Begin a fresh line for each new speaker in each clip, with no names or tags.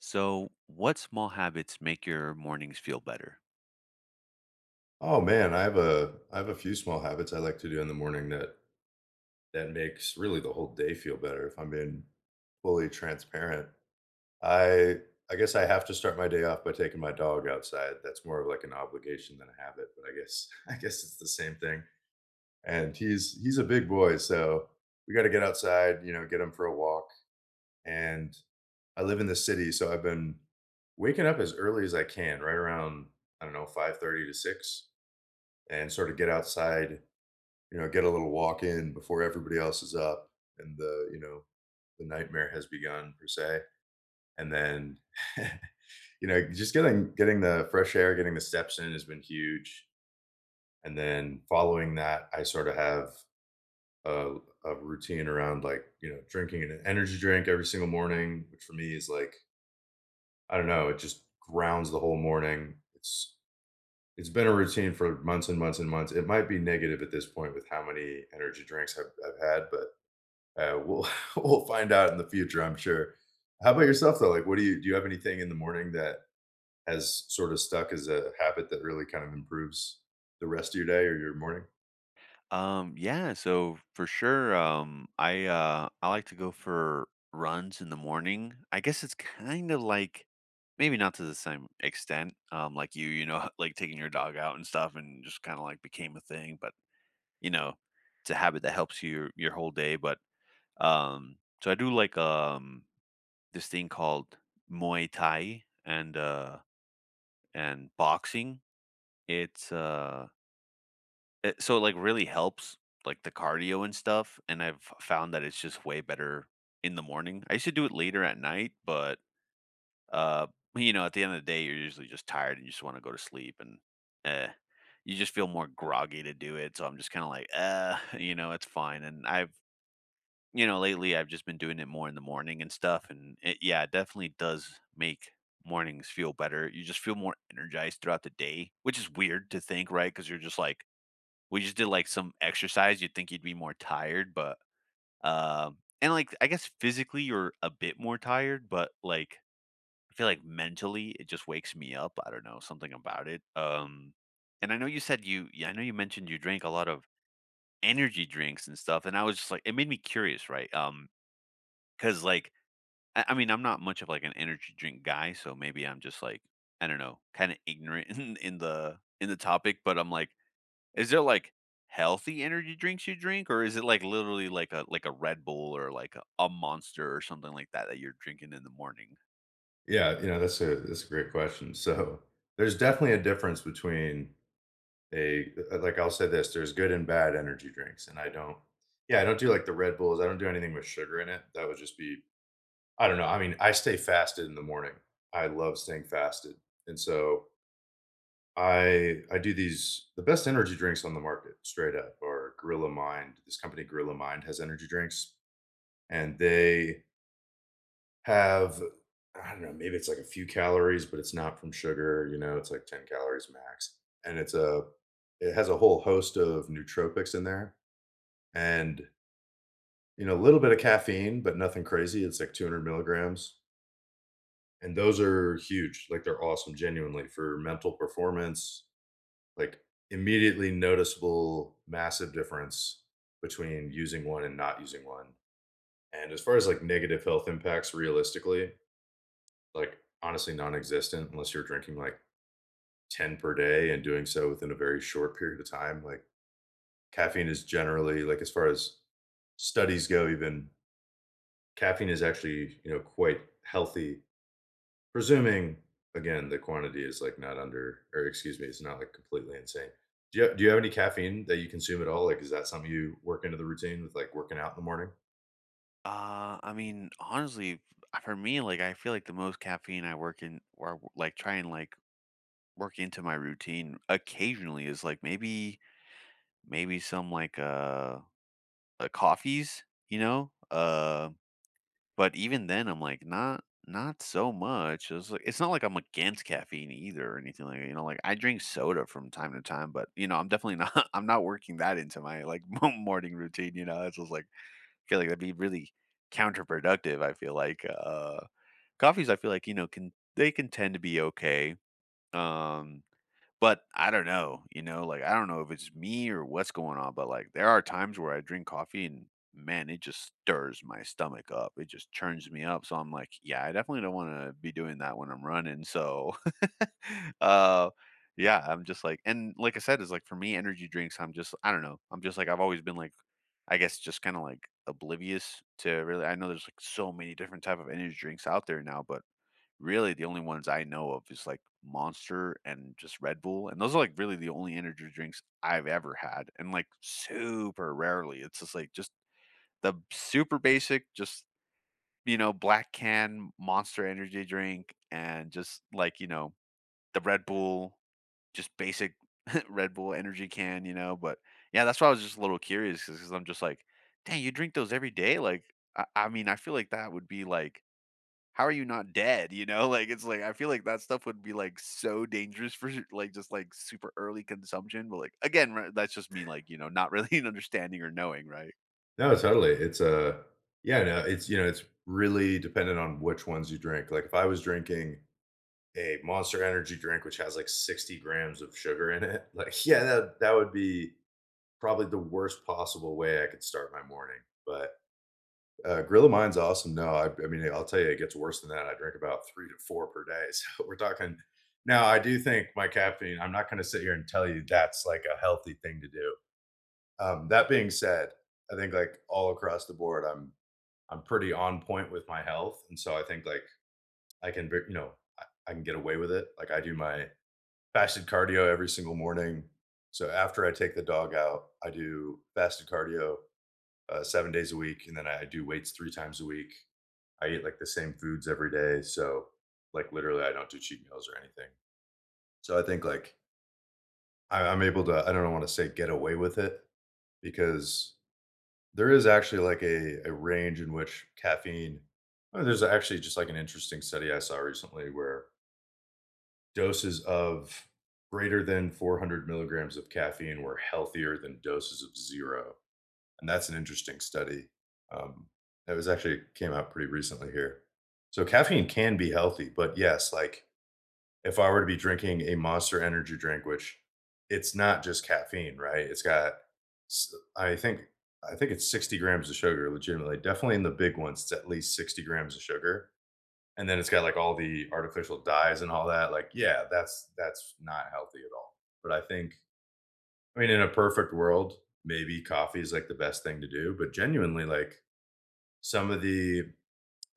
So, what small habits make your mornings feel better?
Oh man, I have a few small habits I like to do in the morning that makes really the whole day feel better if I'm being fully transparent. I I guess I have to start my day off by taking my dog outside. That's more of like an obligation than a habit, but I guess I guess it's the same thing. And he's a big boy, so we got to get outside, you know, get him for a walk. And I live in the city, so I've been waking up, you know, get a little walk in before everybody else is up and the nightmare has begun per se. And then, you know, just getting the fresh air, getting the steps in has been huge. And then following that, I sort of have a, a routine around, like, you know, drinking an energy drink every single morning, which for me is like, I don't know, it just grounds the whole morning. It's been a routine for months and months and months. It might be negative at this point with how many energy drinks I've had, but we'll we'll find out in the future, I'm sure. How about yourself though? Like, what do? You have anything in the morning that has sort of stuck as a habit that really kind of improves the rest of your day or your morning?
Yeah, so for sure, I like to go for runs in the morning. I guess it's kind of like maybe not to the same extent, like you know, like taking your dog out and stuff, and just kind of like became a thing. But you know, it's a habit that helps your whole day. But um, so I do like this thing called Muay Thai and boxing. It's uh it like, really helps, like, the cardio and stuff, and I've found that it's just way better in the morning. I used to do it later at night, but, uh, you know, at the end of the day, you're usually just tired and you just wanna go to sleep and, eh, you just feel more groggy to do it, so I'm just kinda like, you know, "It's fine," and lately, I've just been doing it more in the morning and stuff, and it definitely does make mornings feel better. You just feel more energized throughout the day, which is weird to think, right? Because 'Cause you're just like we just did like some exercise, you'd think you'd be more tired, but and like I guess physically you're a bit more tired, but like I feel like mentally it just wakes me up. I don't know, something about it. And I know you said you yeah, I know you mentioned you drank a lot of energy drinks and stuff, and I was just like it made me curious, right? Cuz like I mean, I'm not much of like an energy drink guy, so maybe I'm just like I don't know, kind of ignorant in the topic, but I'm like is there, like, healthy energy drinks you drink, or is it, like, literally like a Red Bull or like a Monster or something like that that you're drinking in the morning?
Yeah, you know, that's a great question. So there's definitely a difference between a like, I'll say this: there's good and bad energy drinks, and I don't. Yeah, I don't do like the Red Bulls. I don't do anything with sugar in it. That would just be, I don't know. I mean, I stay fasted in the morning. I love staying fasted, and so I do these, the best energy drinks on the market, straight up, are Gorilla Mind. This company, Gorilla Mind, has energy drinks, and they have, I don't know, maybe it's like a few calories, but it's not from sugar. You know, it's like 10 calories max, and it has a whole host of nootropics in there, and, you know, a little bit of caffeine, but nothing crazy. It's like 200 milligrams, and those are huge. Like, they're awesome, genuinely for mental performance. Like, immediately noticeable massive difference between using one and not using one. And as far as, like, negative health impacts realistically, like, honestly non-existent unless you're drinking, like, 10 per day and doing so within a very short period of time. Like, caffeine is generally like, as far as studies go even, caffeine is actually, you know, quite healthy. Presuming, again, the quantity is like not under, or excuse me, it's not like completely insane. Do you have any caffeine that you consume at all? Like, is that something you work into the routine with, like, working out in the morning?
I mean, honestly, f for me, like, I feel like the most caffeine I work in or, like, try and, like, work into my routine occasionally is, like, maybe some, like, coffees, you know? But even then, I'm like, not so much. It's like it's not like I'm against caffeine either or anything like that, you know, like I drink soda from time to time, but you know, I'm definitely not I'm not working that into my like morning routine, you know. It's just like I feel like that'd be really counterproductive. I feel like coffees I feel like, you know, can they can tend to be okay. Um but I don't know, you know, like, I don't know if it's me or what's going on, but, like, there are times where I drink coffee and, man, it just stirs my stomach up. It just churns me up, so I'm like, "Yeah, I definitely don't wanna be doing that when I'm running," so, uh, yeah, I'm just like and like I said, it's like for me, energy drinks, I don't know, I'm just like I've always been, like, I guess just kinda, like, oblivious to really I know there's, like, so many different type of energy drinks out there now, but really, the only ones I know of is, like, Monster and just Red Bull, and those are, like, really the only energy drinks I've ever had, and, like, super rarely. It's just, like, just the super basic, just, you know, black can Monster energy drink and just, like, you know, the Red Bull, just basic Red Bull energy can, you know, but, yeah, that's why I was just a little curious because 'cause 'cause I'm just like, "Dang, you drink those every day?" Like, I mean, I feel like that would be, like how are you not dead? You know, like it's like I feel like that stuff would be like so dangerous for like just like super early consumption. But like again, right, that's just me like you know not really understanding or knowing, right?
No, totally. Yeah, no, it's, you know, it's really dependent on which ones you drink. Like, if I was drinking a Monster Energy drink, which has, like, 60 grams of sugar in it, like, yeah, that would be probably the worst possible way I could start my morning, but Grill of Mine's awesome. No, I mean, I'll tell you, it gets worse than that. I drink about 3 to 4 per day, so we're talking, now, I do think my caffeine, I'm not gonna sit here and tell you that's, like, a healthy thing to do. That being said, I think, like, all across the board, I'm pretty on point with my health, and so I think, like, I can ver, you know, I can get away with it. Like, I do my fasted cardio every single morning. So after I take the dog out, I do fasted cardio, 7 days a week, and then I do weights 3 times a week. I eat like the same foods every day. So like, literally, I don't do cheat meals or anything. So I think like I'm able to, I don't want to say get away with it because there is actually like a range in which caffeine, oh, there's actually just like an interesting study I saw recently where doses of greater than 400 milligrams of caffeine were healthier than doses of zero. And that's an interesting study. Um, that was actually came out pretty recently here. So caffeine can be healthy, but yes, like, if I were to be drinking a Monster energy drink, which, it's not just caffeine, right? It's got s, I think it's 60 grams of sugar, legitimately. Definitely in the big ones, it's at least 60 grams of sugar, and then it's got, like, all the artificial dyes and all that, like, yeah, that's not healthy at all. But I think, I mean, in a perfect world, maybe coffee is, like, the best thing to do, but genuinely, like, some of the,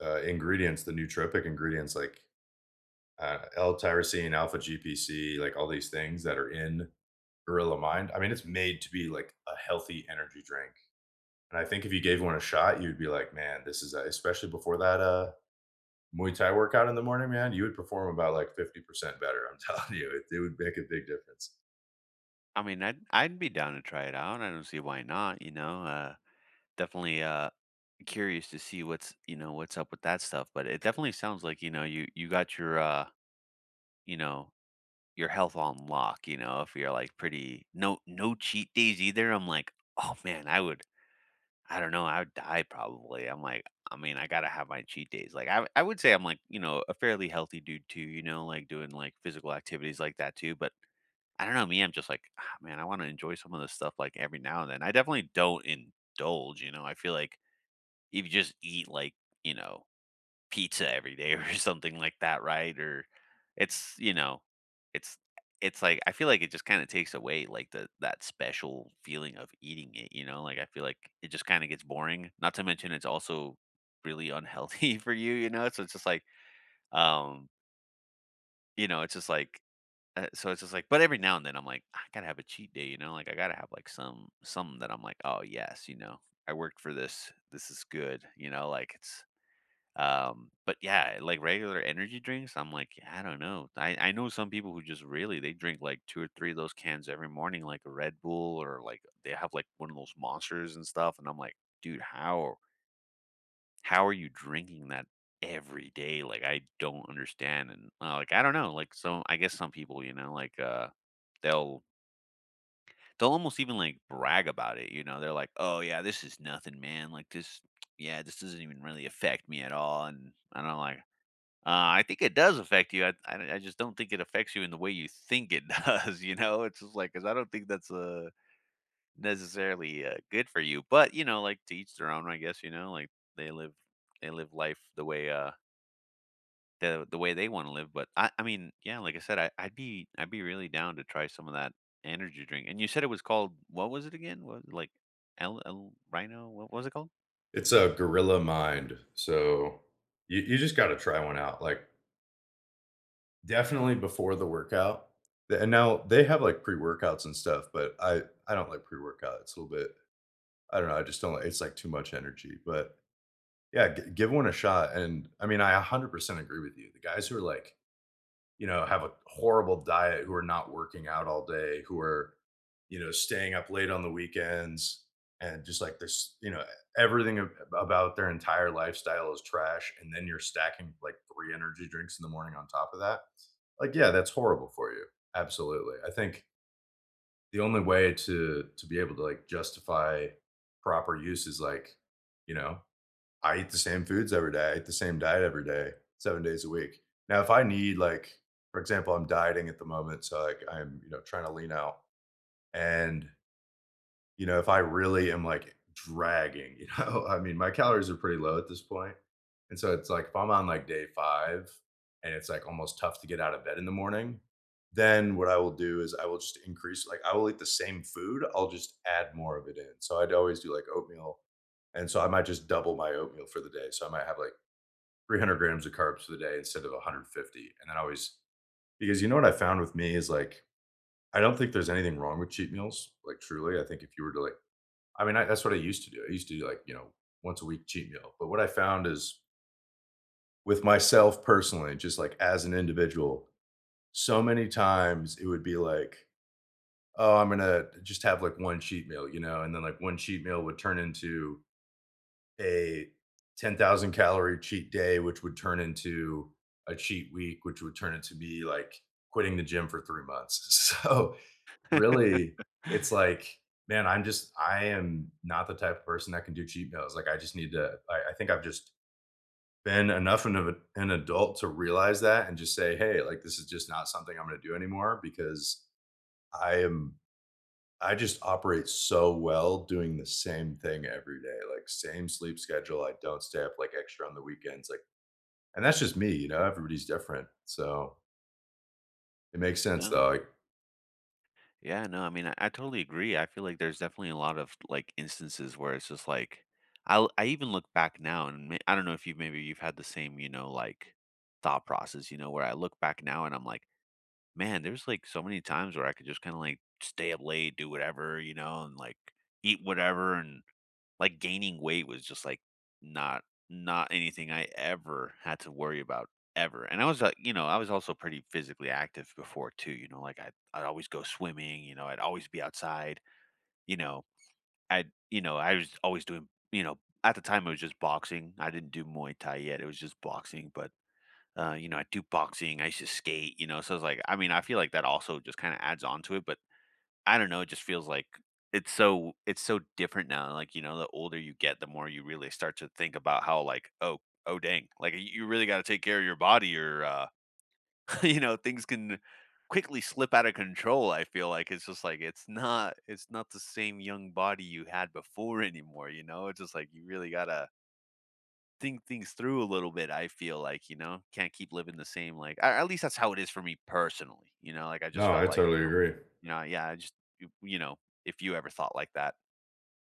ingredients, the nootropic ingredients, like L-tyrosine, alpha-GPC, like, all these things that are in Gorilla Mind. I mean, it's made to be like a healthy energy drink. And I think if you gave one a shot, you'd be like, man, this is, a, especially before that Muay Thai workout in the morning, man, you would perform about like 50% better. I'm telling you, it would make a big difference.
I mean, I'd be down to try it out. I don't see why not, you know. Definitely curious to see what's, you know, what's up with that stuff, but it definitely sounds like, you know, you got your you know, your health on lock, you know, if you're like pretty no cheat days either. I'm like, "Oh man, I would I don't know, I would die probably. I'm like, I mean, I gotta have my cheat days. Like, I would say I'm like, you know, a fairly healthy dude too. You know, like doing like physical activities like that too. But I don't know, me, I'm just like, ah, man, I want to enjoy some of this stuff like every now and then. I definitely don't indulge. You know, I feel like if you just eat like, you know, pizza every day or something like that, right? Or it's, you know, it's it's like I feel like it just kind of takes away like the that special feeling of eating it, you know? Like I feel like it just kind of gets boring. Not to mention it's also really unhealthy for you, you know? So it's just like um, you know, it's just like so it's just like but every now and then I'm like I got to have a cheat day, you know? Like I got to have like something that I'm like, "Oh, yes, you know. I worked for this. This is good." You know, like it's but yeah, like regular energy drinks, I'm like, "Yeah, I don't know. I know some people who just really they drink like two or three of those cans every morning, like a Red Bull or like they have like one of those monsters and stuff. And I'm like, dude, how are you drinking that every day? Like I don't understand. And like I don't know. Like so I guess some people, you know, like they'll they'll almost even like brag about it, you know. They're like, Oh yeah, this is nothing, man. Like this doesn't even really affect me at all. And I don't know, like I think it does affect you. I just don't think it affects you in the way you think it does. You know, it's just like because I don't think that's necessarily good for you. But you know, like to each their own. I guess you know, like they live they live life the way the way they want to live. But I mean, yeah, like I said, I'd be really down to try some of that energy drink. And you said it was called what was it again? What like El, El Rhino? What was it called?
It's a Gorilla Mind. So you just got to try one out. Like, definitely before the workout. And now they have like pre workouts and stuff, but I don't like pre workout. It's a little bit, I don't know, I just don't like, it's, like, too much energy, but, yeah, gi give one a shot, and, I mean, I 100% agree with you. The guys who are, like, you know, have a horrible diet, who are not working out all day, who are, you know, staying up late on the weekends, and just, like, this, you know, everything ab about their entire lifestyle is trash, and then you're stacking, like, 3 energy drinks in the morning on top of that. Like, yeah, that's horrible for you. Absolutely. I think the only way to be able to like justify proper use is like, you know, I eat the same foods every day. I eat the same diet every day, 7 days a week. Now, if I need like, for example, I'm dieting at the moment, so like, I'm, you know, trying to lean out, and, you know, if I really am like dragging, you know, I mean, my calories are pretty low at this point. And so it's like if I'm on like day five and it's like almost tough to get out of bed in the morning, then what I will do is I will just increase, like, I will eat the same food. I'll just add more of it in. So I'd always do like oatmeal. And so I might just double my oatmeal for the day. So I might have like 300 grams of carbs for the day instead of 150. And then I always, because you know what I found with me is like, I don't think there's anything wrong with cheat meals. Like, truly, I think if you were to like, I mean, that's what I used to do. I used to do like, you know, once a week cheat meal. But what I found is, with myself personally, just like as an individual, so many times it would be like, oh, I'm going to just have like one cheat meal, you know, and then like one cheat meal would turn into a 10,000 calorie cheat day, which would turn into a cheat week, which would turn into me like quitting the gym for 3 months. So, really, it's like, man, I am not the type of person that can do cheat meals, like, I just need to, I think I've just been enough of a an adult to realize that and just say, "Hey, like, this is just not something I'm gonna do anymore," because I am I just operate so well doing the same thing every day, like, same sleep schedule, I don't stay up, like, extra on the weekends, like, and that's just me, you know, everybody's different, so it makes sense,
Oh.
though, like.
Yeah, no, I mean, I totally agree. I feel like there's definitely a lot of like instances where it's just like I even look back now and may- I don't know if you maybe you've had the same, you know, like thought process, you know, where I look back now and I'm like, man, there's like so many times where I could just kind of like stay up late, do whatever, you know, and like eat whatever and like, gaining weight was just, like, not not anything I ever had to worry about, ever, and I was, like you know, I was also pretty physically active before too, you know, like, I'd always go swimming, you know, I'd always be outside, you know, i you know, I was always doing you know, at the time, it was just boxing, I didn't do Muay Thai yet, it was just boxing, but, you know, I do boxing, I used to skate, you know, so I was like I mean, I feel like that also just kinda adds on to it, but I don't know, it just feels like it's so different now, like, you know, the older you get, the more you really start to think about how, like, "Oh oh, dang," like, you really gotta take care of your body or, you know, things can quickly slip out of control, I feel like. It's just like, it's not the same young body you had before anymore, you know? It's just like you really gotta think things through a little bit, I feel like, you know? Can't keep living the same, like a at least that's how it is for me personally, you know? Like, I just
No, I
felt like,
totally agree.
you know, yeah, I just you you know, if you ever thought like that.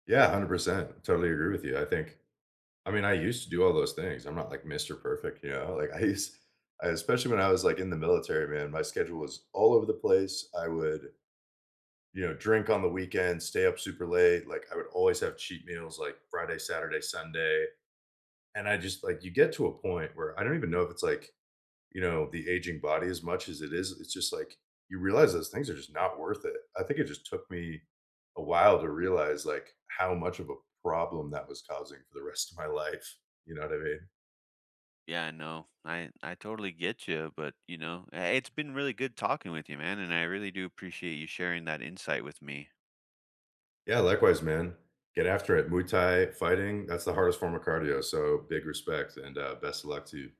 Yeah, 100%, totally agree with you, I think, I mean, I used to do all those things. I'm not like Mr. Perfect, you know? Like I used, I especially when I was like in the military, man, my schedule was all over the place. I would, you know, drink on the weekends, stay up super late. Like, I would always have cheat meals like Friday, Saturday, Sunday. And I just like, you get to a point where I don't even know if it's like, you know, the aging body as much as it is. It's just like you realize those things are just not worth it. I think it just took me a while to realize like how much of a problem that was causing for the rest of my life. You know what I mean?
Yeah, no, I totally get you, but, you know, it's been really good talking with you, man, and I really do appreciate you sharing that insight with me.
Yeah, likewise, man. Get after it. Muay Thai fighting, that's the hardest form of cardio, so big respect and, best of luck to you.